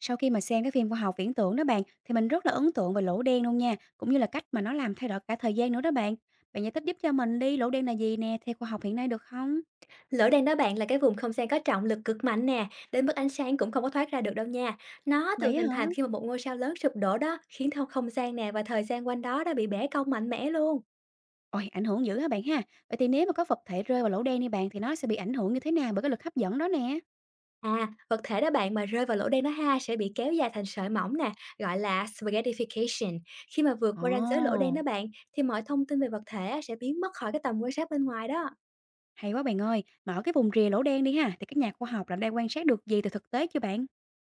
Sau khi mà xem cái phim khoa học viễn tưởng đó bạn, thì mình rất là ấn tượng về lỗ đen luôn nha, cũng như là cách mà nó làm thay đổi cả thời gian nữa đó bạn. Bạn giải thích giúp cho mình đi, lỗ đen là gì nè, theo khoa học hiện nay được không? Lửa đen đó bạn là cái vùng không gian có trọng lực cực mạnh nè, đến mức ánh sáng cũng không có thoát ra được đâu nha. Nó thường Vậy á hình thành hả? khi mà một ngôi sao lớn sụp đổ đó, khiến theo không gian nè và thời gian quanh đó đã bị bẻ cong mạnh mẽ luôn. Ôi, ảnh hưởng dữ hả bạn ha? Vậy thì nếu mà có vật thể rơi vào lỗ đen đi bạn, thì nó sẽ bị ảnh hưởng như thế nào bởi cái lực hấp dẫn đó nè? À, vật thể đó bạn mà rơi vào lỗ đen đó ha sẽ bị kéo dài thành sợi mỏng nè, gọi là spaghettification. Khi mà vượt Ồ, qua ranh giới lỗ đen đó bạn, thì mọi thông tin về vật thể á, sẽ biến mất khỏi cái tầm quan sát bên ngoài đó. hay quá bạn ơi. Mà ở cái vùng rìa lỗ đen đi ha, thì các nhà khoa học là đang quan sát được gì từ thực tế chưa bạn?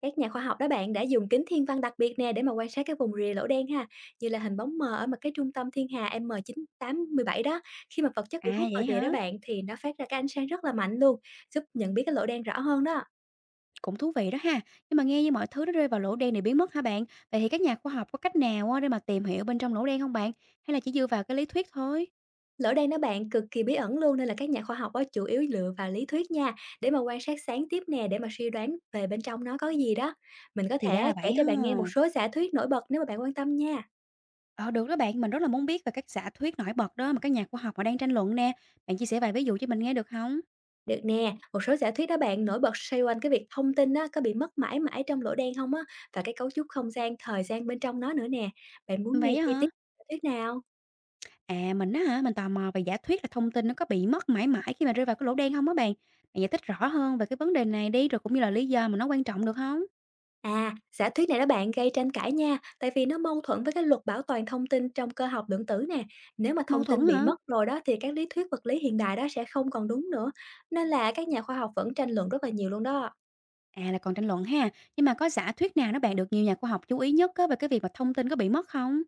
Các nhà khoa học đó bạn đã dùng kính thiên văn đặc biệt nè để mà quan sát các vùng rìa lỗ đen ha, như là hình bóng mờ ở một cái trung tâm thiên hà M987 đó. Khi mà vật chất bị hút À vào vậy rìa đó hả? bạn thì nó phát ra cái ánh sáng rất là mạnh luôn, giúp nhận biết cái lỗ đen rõ hơn đó. Cũng thú vị đó ha. Nhưng mà nghe như mọi thứ nó rơi vào lỗ đen để biến mất hả bạn? Vậy thì các nhà khoa học có cách nào á để mà tìm hiểu bên trong lỗ đen không bạn? Hay là chỉ dựa vào cái lý thuyết thôi? Lỗ đen đó bạn cực kỳ bí ẩn luôn, nên là các nhà khoa học đó chủ yếu dựa vào lý thuyết nha, để mà quan sát sáng tiếp nè, để mà suy đoán về bên trong nó có cái gì đó. Mình có Thì ra thể là kể vậy cho ha. bạn nghe một số giả thuyết nổi bật nếu mà bạn quan tâm nha. Ờ được đó bạn, mình rất là muốn biết về các giả thuyết nổi bật đó mà các nhà khoa học họ đang tranh luận nè. Bạn chia sẻ vài ví dụ cho mình nghe được không? Được nè, một số giả thuyết đó bạn nổi bật xoay quanh cái việc thông tin á, có bị mất mãi mãi trong lỗ đen không á, và cái cấu trúc không gian, thời gian bên trong nó nữa nè. Bạn muốn nghe Vậy á chi hả? tiết giả thuyết nào? À mình á hả, mình tò mò về giả thuyết là thông tin nó có bị mất mãi mãi khi mà rơi vào cái lỗ đen không á bạn? Bạn giải thích rõ hơn về cái vấn đề này đi rồi cũng như là lý do mà nó quan trọng được không? À, giả thuyết này đó bạn gây tranh cãi nha, tại vì nó mâu thuẫn với cái luật bảo toàn thông tin trong cơ học lượng tử nè. Nếu mà Mâu thông tin thuẫn bị hả? mất rồi đó, thì các lý thuyết vật lý hiện đại đó sẽ không còn đúng nữa. Nên là các nhà khoa học vẫn tranh luận rất là nhiều luôn đó. À, là còn tranh luận ha. Nhưng mà có giả thuyết nào nó bạn được nhiều nhà khoa học chú ý nhất á về cái việc mà thông tin có bị mất không?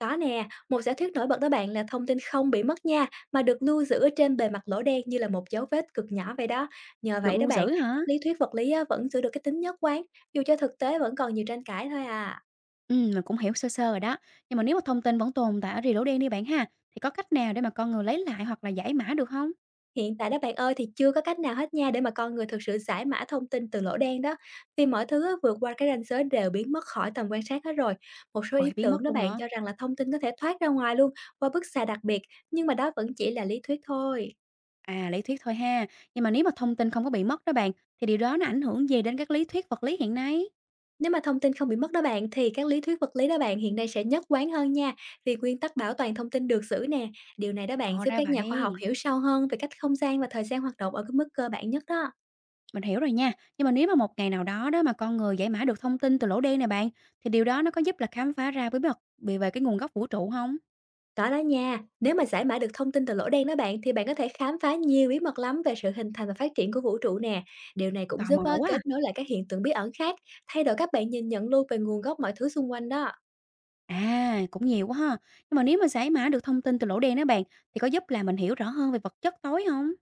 Có nè, một giả thuyết nổi bật đó bạn là thông tin không bị mất nha, mà được lưu giữ ở trên bề mặt lỗ đen như là một dấu vết cực nhỏ vậy đó. Nhờ Được vậy đó lưu bạn, giữ hả? các lý thuyết vật lý á, vẫn giữ được cái tính nhất quán, dù cho thực tế vẫn còn nhiều tranh cãi thôi à. Mình cũng hiểu sơ sơ rồi đó. Nhưng mà nếu mà thông tin vẫn tồn tại ở rì lỗ đen đi bạn ha, thì có cách nào để mà con người lấy lại hoặc là giải mã được không? Hiện tại đó bạn ơi thì chưa có cách nào hết nha, để mà con người thực sự giải mã thông tin từ lỗ đen đó. Vì mọi thứ á, vượt qua cái ranh giới đều biến mất khỏi tầm quan sát hết rồi. Một số Ôi, ý biến tưởng mất đó luôn bạn hả? cho rằng là thông tin có thể thoát ra ngoài luôn qua bức xạ đặc biệt, nhưng mà đó vẫn chỉ là lý thuyết thôi. À, lý thuyết thôi ha. Nhưng mà nếu mà thông tin không có bị mất đó bạn, thì điều đó nó ảnh hưởng gì đến các lý thuyết vật lý hiện nay? Nếu mà thông tin không bị mất đó bạn, thì các lý thuyết vật lý đó bạn hiện nay sẽ nhất quán hơn nha, vì nguyên tắc bảo toàn thông tin được giữ nè. Điều này đó bạn Ồ, giúp ra các nhà khoa học vậy. hiểu sâu hơn về cách không gian và thời gian hoạt động ở cái mức cơ bản nhất đó. Mình hiểu rồi nha. Nhưng mà nếu mà một ngày nào đó đó mà con người giải mã được thông tin từ lỗ đen này bạn, thì điều đó nó có giúp là khám phá ra bí mật về về cái nguồn gốc vũ trụ không? Có đó nha, nếu mà giải mã được thông tin từ lỗ đen đó bạn, thì bạn có thể khám phá nhiều bí mật lắm về sự hình thành và phát triển của vũ trụ nè. Điều này cũng Tò giúp mò á, quá kết à. nối lại các hiện tượng bí ẩn khác, thay đổi các bạn nhìn nhận luôn về nguồn gốc mọi thứ xung quanh đó. À, cũng nhiều quá ha. Nhưng mà nếu mà giải mã được thông tin từ lỗ đen đó bạn, thì có giúp là mình hiểu rõ hơn về vật chất tối không?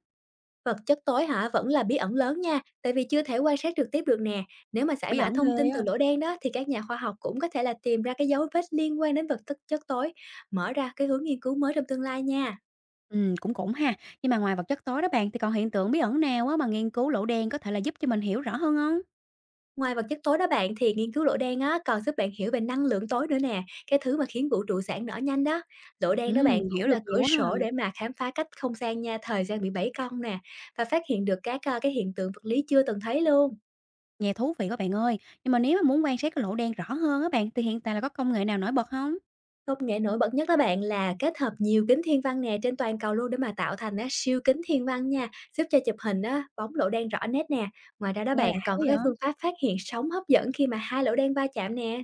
Vật chất tối hả? Vẫn là bí ẩn lớn nha, tại vì chưa thể quan sát trực tiếp được nè. Nếu mà giải Bí mã ẩn thông ghê tin á. từ lỗ đen đó, thì các nhà khoa học cũng có thể là tìm ra cái dấu vết liên quan đến vật chất chất tối, mở ra cái hướng nghiên cứu mới trong tương lai nha. Cũng cũng ha. Nhưng mà ngoài vật chất tối đó bạn, thì còn hiện tượng bí ẩn nào á mà nghiên cứu lỗ đen có thể là giúp cho mình hiểu rõ hơn không? Ngoài vật chất tối đó bạn, thì nghiên cứu lỗ đen á còn giúp bạn hiểu về năng lượng tối nữa nè, cái thứ mà khiến vũ trụ giãn nở nhanh đó. Lỗ đen đó bạn Hiểu cũng được là nhiều cửa quá sổ ha. để mà khám phá cách không gian nha, thời gian bị bẫy cong nè, và phát hiện được các cái hiện tượng vật lý chưa từng thấy luôn. Nghe thú vị các bạn ơi. Nhưng mà nếu mà muốn quan sát cái lỗ đen rõ hơn á bạn, thì hiện tại là có công nghệ nào nổi bật không? Công nghệ nổi bật nhất đó bạn là kết hợp nhiều kính thiên văn nè trên toàn cầu luôn, để mà tạo thành á, siêu kính thiên văn nha, giúp cho chụp hình á, bóng lỗ đen rõ nét nè. Ngoài ra đó Nghe lạ bạn quá còn có cái phương vậy. pháp phát hiện sóng hấp dẫn khi mà hai lỗ đen va chạm nè.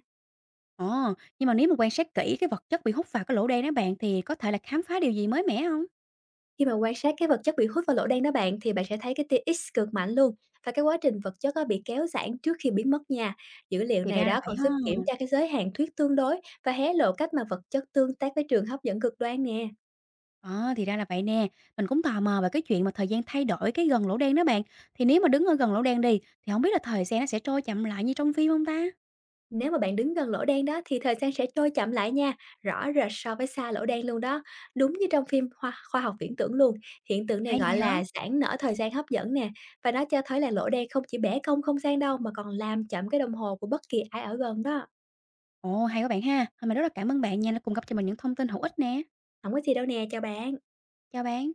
Ờ, nhưng mà nếu mà quan sát kỹ cái vật chất bị hút vào cái lỗ đen đó bạn, thì có thể là khám phá điều gì mới mẻ không? Khi mà quan sát cái vật chất bị hút vào lỗ đen đó bạn, thì bạn sẽ thấy cái tia X cực mạnh luôn, và cái quá trình vật chất á, bị kéo giãn trước khi biến mất nha. Dữ liệu Thì ra này là đó vậy còn ha. giúp kiểm tra cái giới hạn thuyết tương đối và hé lộ cách mà vật chất tương tác với trường hấp dẫn cực đoan nè. Ờ, thì ra là vậy nè. Mình cũng tò mò về cái chuyện mà thời gian thay đổi cái gần lỗ đen đó bạn. Thì nếu mà đứng ở gần lỗ đen đi, thì không biết là thời gian nó sẽ trôi chậm lại như trong phim không ta? Nếu mà bạn đứng gần lỗ đen đó, thì thời gian sẽ trôi chậm lại nha, rõ rệt so với xa lỗ đen luôn đó. Đúng như trong phim khoa học viễn tưởng luôn. Hiện tượng này Hay gọi vậy hả? là giãn nở thời gian hấp dẫn nè. Và nó cho thấy là lỗ đen không chỉ bẻ cong không gian đâu, mà còn làm chậm cái đồng hồ của bất kỳ ai ở gần đó. Ồ, hay quá bạn ha. Hôm mình rất là cảm ơn bạn nha, đã cung cấp cho mình những thông tin hữu ích nè. Không có gì đâu nè, chào bạn. Chào bạn.